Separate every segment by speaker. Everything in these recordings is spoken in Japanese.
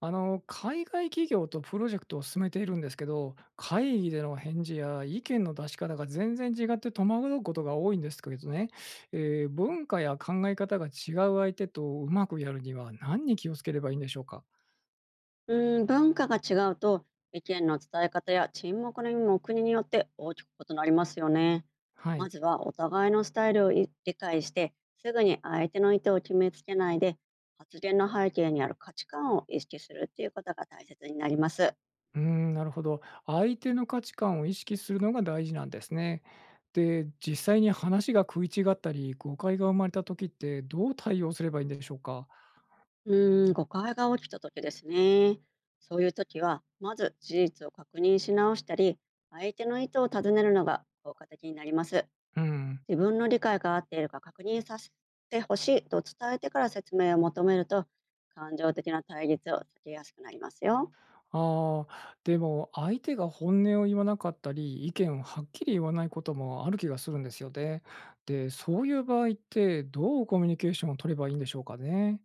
Speaker 1: あの、海外企業とプロジェクトを進めているんですけど、会議での返事や意見の出し方が全然違って戸惑うことが多いんですけどね、文化や考え方が違う相手とうまくやるには何に気をつければいいんでしょうか。
Speaker 2: うーん、文化が違うと意見の伝え方や沈黙の意味も国によって大きく異なりますよね。
Speaker 1: は
Speaker 2: ま
Speaker 1: い。
Speaker 2: ずはお互いのスタイルを理解して、すぐに相手の意図を決めつけないで、発言の背景にある価値観を意識するっていうことが大切になります。
Speaker 1: うーん、なるほど。相手の価値観を意識するのが大事なんですね。で、実際に話が食い違ったり、誤解が生まれた時ってどう対応すればいいんでしょうか。
Speaker 2: うーん、誤解が起きた時ですね。そういう時はまず事実を確認し直したり、相手の意図を尋ねるのが効果的になります。
Speaker 1: うん。
Speaker 2: 自分の理解が合っているか確認させてほしいと伝えてから説明を求めると、感情的な対立を避けやすくなりますよ。
Speaker 1: ああ、でも相手が本音を言わなかったり、意見をはっきり言わないこともある気がするんですよね。で、そういう場合ってどうコミュニケーションを取ればいいんでしょうかね。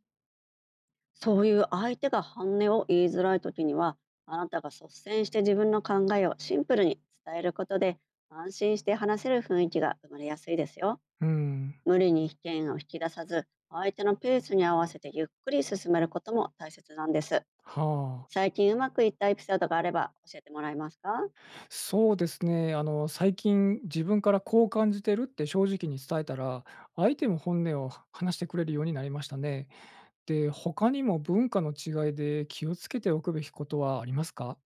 Speaker 2: そういう相手が本音を言いづらい時には、あなたが率先して自分の考えをシンプルに伝えることで、安心して話せる雰囲気が生まれやすいですよ。
Speaker 1: うん。
Speaker 2: 無理に意見を引き出さず、相手のペースに合わせてゆっくり進めることも大切なんです。
Speaker 1: はあ。
Speaker 2: 最近うまくいったエピソードがあれば教えてもらえますか？
Speaker 1: そうですね。あの、最近自分からこう感じてるって正直に伝えたら、相手も本音を話してくれるようになりましたね。で、他にも文化の違いで気をつけておくべきことはありますか。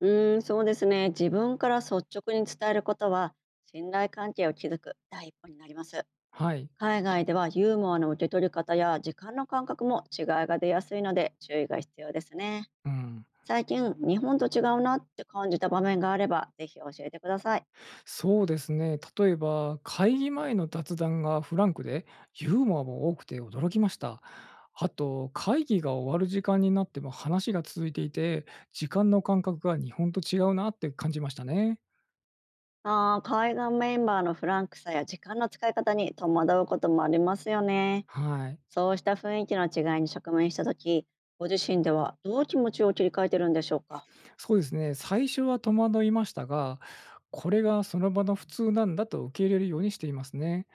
Speaker 2: うーん、そうですね。自分から率直に伝えることは、信頼関係を築く第一歩になります。
Speaker 1: はい。
Speaker 2: 海外ではユーモアの受け取り方や時間の感覚も違いが出やすいので、注意が必要ですね。
Speaker 1: うん。
Speaker 2: 最近、日本と違うなって感じた場面があれば、ぜひ教えてください。
Speaker 1: そうですね。例えば、会議前の雑談がフランクで、ユーモアも多くて驚きました。あと、会議が終わる時間になっても話が続いていて、時間の感覚が日本と違うなって感じましたね。
Speaker 2: あー、海外メンバーのフランクさや時間の使い方に戸惑うこともありますよね。
Speaker 1: はい。
Speaker 2: そうした雰囲気の違いに直面したとき、ご自身ではどう気持ちを切り替えてるんでしょうか？
Speaker 1: そうですね。最初は戸惑いましたが、これがその場の普通なんだと受け入れるようにしていますね。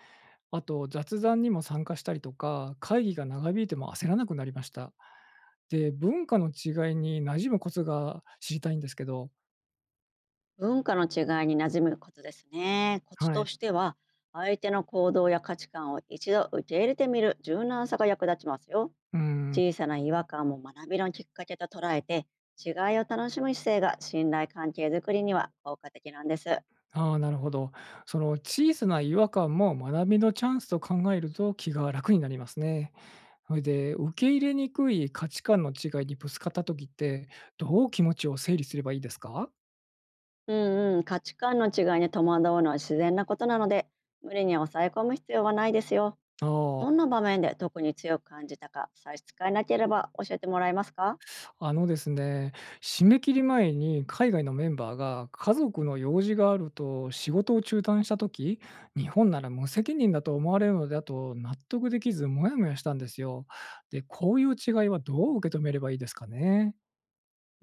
Speaker 1: あと、雑談にも参加したりとか、会議が長引いても焦らなくなりました。で、文化の違いに馴染むコツが知りたいんですけど。
Speaker 2: 文化の違いに馴染むコツですね。コツ
Speaker 1: は
Speaker 2: と
Speaker 1: い。
Speaker 2: しては、相手の行動や価値観を一度受け入れてみる柔軟さが役立ちますよ。
Speaker 1: うん。
Speaker 2: 小さな違和感も学びのきっかけと捉えて、違いを楽しむ姿勢が信頼関係づくりには効果的なんです。
Speaker 1: ああ、なるほど。その小さな違和感も学びのチャンスと考えると気が楽になりますね。それで、受け入れにくい価値観の違いにぶつかった時って、どう気持ちを整理すればいいですか？
Speaker 2: うんうん、価値観の違いに戸惑うのは自然なことなので、無理に抑え込む必要はないですよ。
Speaker 1: あ
Speaker 2: ど
Speaker 1: あ。
Speaker 2: んな場面で特に強く感じたか、差し支えなければ教えてもらえますか？
Speaker 1: あのですね、締め切り前に海外のメンバーが家族の用事があると仕事を中断した時、日本なら無責任だと思われるのだと納得できずモヤモヤしたんですよ。で、こういう違いはどう受け止めればいいですかね。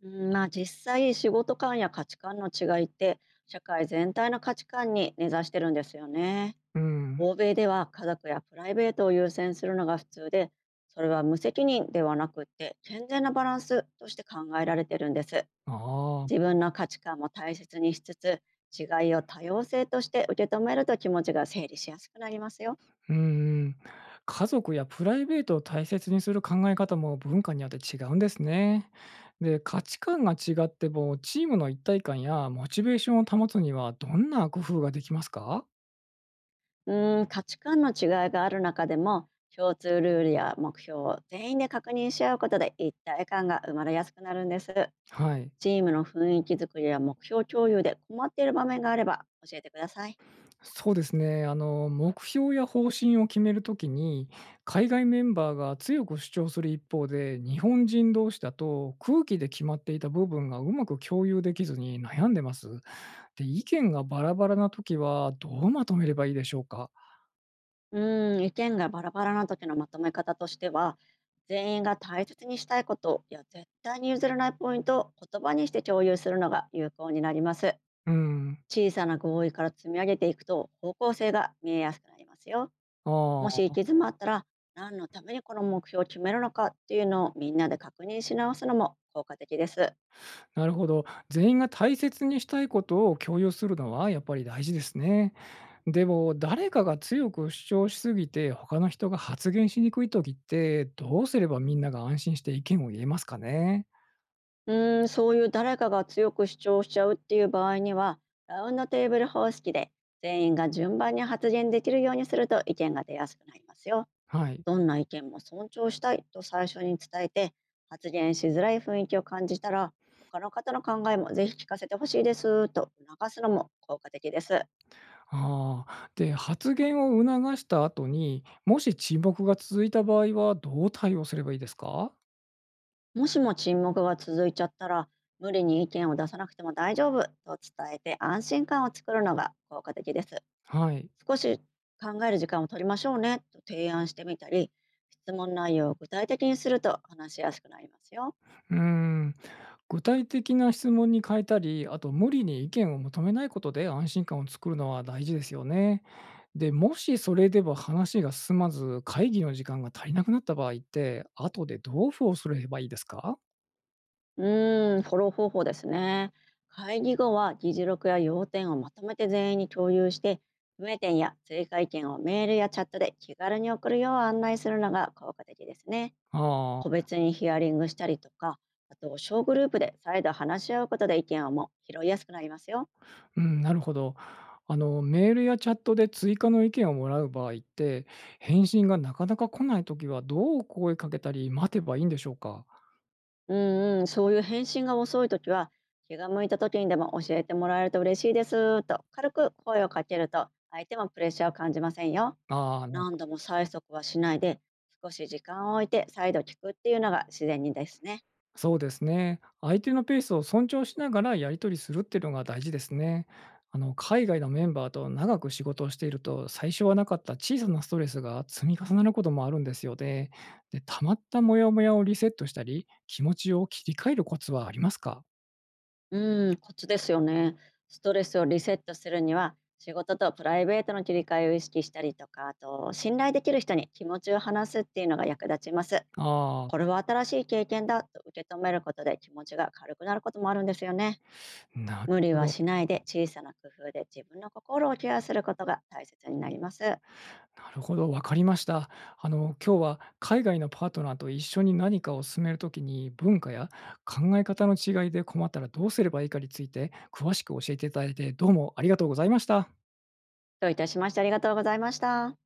Speaker 2: うん、まあ実際、仕事観や価値観の違いって社会全体の価値観に根ざしてるんですよね。
Speaker 1: うん。
Speaker 2: 欧米では家族やプライベートを優先するのが普通で、それは無責任ではなくって健全なバランスとして考えられてるんです。
Speaker 1: ああ、
Speaker 2: 自分の価値観も大切にしつつ、違いを多様性として受け止めると気持ちが整理しやすくなりますよ。
Speaker 1: うんうん。家族やプライベートを大切にする考え方も文化によって違うんですね。で、価値観が違ってもチームの一体感やモチベーションを保つにはどんな工夫ができますか。
Speaker 2: うーん、価値観の違いがある中でも、共通ルールや目標を全員で確認し合うことで一体感が生まれやすくなるんです。
Speaker 1: はい、
Speaker 2: チームの雰囲気づくりや目標共有で困っている場面があれば教えてください。
Speaker 1: そうですね。あの、目標や方針を決めるときに、海外メンバーが強く主張する一方で、日本人同士だと空気で決まっていた部分がうまく共有できずに悩んでます。で、意見がバラバラなときは、どうまとめればいいでしょうか？
Speaker 2: うーん、意見がバラバラな時のまとめ方としては、全員が大切にしたいことや絶対に譲れないポイントを言葉にして共有するのが有効になります。
Speaker 1: うん。
Speaker 2: 小さな合意から積み上げていくと、方向性が見えやすくなりますよ。
Speaker 1: あ
Speaker 2: もし行
Speaker 1: あ、
Speaker 2: き詰まったら、何のためにこの目標を決めるのかっていうのをみんなで確認し直すのも効果的です。
Speaker 1: なるほど。全員が大切にしたいことを共有するのはやっぱり大事ですね。でも、誰かが強く主張しすぎて、他の人が発言しにくい時って、どうすればみんなが安心して意見を言えますかね？
Speaker 2: うーん、そういう誰かが強く主張しちゃうっていう場合には、ラウンドテーブル方式で全員が順番に発言できるようにすると、意見が出やすくなりますよ。
Speaker 1: はい。
Speaker 2: どんな意見も尊重したいと最初に伝えて、発言しづらい雰囲気を感じたら、他の方の考えもぜひ聞かせてほしいですと促すのも効果的です。
Speaker 1: ああ、で、発言を促した後に、もし沈黙が続いた場合はどう対応すればいいですか？
Speaker 2: もしも沈黙が続いちゃったら、無理に意見を出さなくても大丈夫と伝えて安心感を作るのが効果的です。
Speaker 1: はい。
Speaker 2: 少し考える時間を取りましょうねと提案してみたり、質問内容を具体的にすると話しやすくなりますよ。
Speaker 1: うーん、具体的な質問に変えたり、あと無理に意見を求めないことで安心感を作るのは大事ですよね。で、もしそれでは話が進まず、会議の時間が足りなくなった場合って、後でどうフォローすればいいですか。
Speaker 2: うーん、フォロー方法ですね。会議後は議事録や要点をまとめて全員に共有して、不明点や追加意見をメールやチャットで気軽に送るよう案内するのが効果的ですね。
Speaker 1: あ
Speaker 2: 個
Speaker 1: あ、
Speaker 2: 別にヒアリングしたりとか、あと小グループで再度話し合うことで意見をも拾いやすくなりますよ。
Speaker 1: うん、なるほど。あの、メールやチャットで追加の意見をもらう場合って、返信がなかなか来ないときはどう声かけたり待てばいいんでしょうか。
Speaker 2: うんうん、そういう返信が遅いときは、気が向いたときにでも教えてもらえると嬉しいですと軽く声をかけると、相手もプレッシャーを感じませんよ。
Speaker 1: ああー、
Speaker 2: 何度も催促はしないで、少し時間を置いて再度聞くっていうのが自然にですね。
Speaker 1: そうですね。相手のペースを尊重しながらやり取りするっていうのが大事ですね。あの、海外のメンバーと長く仕事をしていると、最初はなかった小さなストレスが積み重なることもあるんですよね。で、たまったモヤモヤをリセットしたり、気持ちを切り替えるコツはありますか。
Speaker 2: うーん、コツですよね。ストレスをリセットするには、仕事とプライベートの切り替えを意識したりとか、あと、信頼できる人に気持ちを話すっていうのが役立ちます。
Speaker 1: ああ
Speaker 2: これは新しい経験だと受け止めることで気持ちが軽くなることもあるんですよね。
Speaker 1: ー、なる
Speaker 2: 無理
Speaker 1: ほ
Speaker 2: は
Speaker 1: ど。
Speaker 2: しないで、小さな工夫で自分の心をケアすることが大切になります。
Speaker 1: なるほど、わかりました。あの、今日は海外のパートナーと一緒に何かを進めるときに、文化や考え方の違いで困ったらどうすればいいかについて詳しく教えていただいて、どうもありがとうございました。
Speaker 2: どういたしまして。ありがとうございました。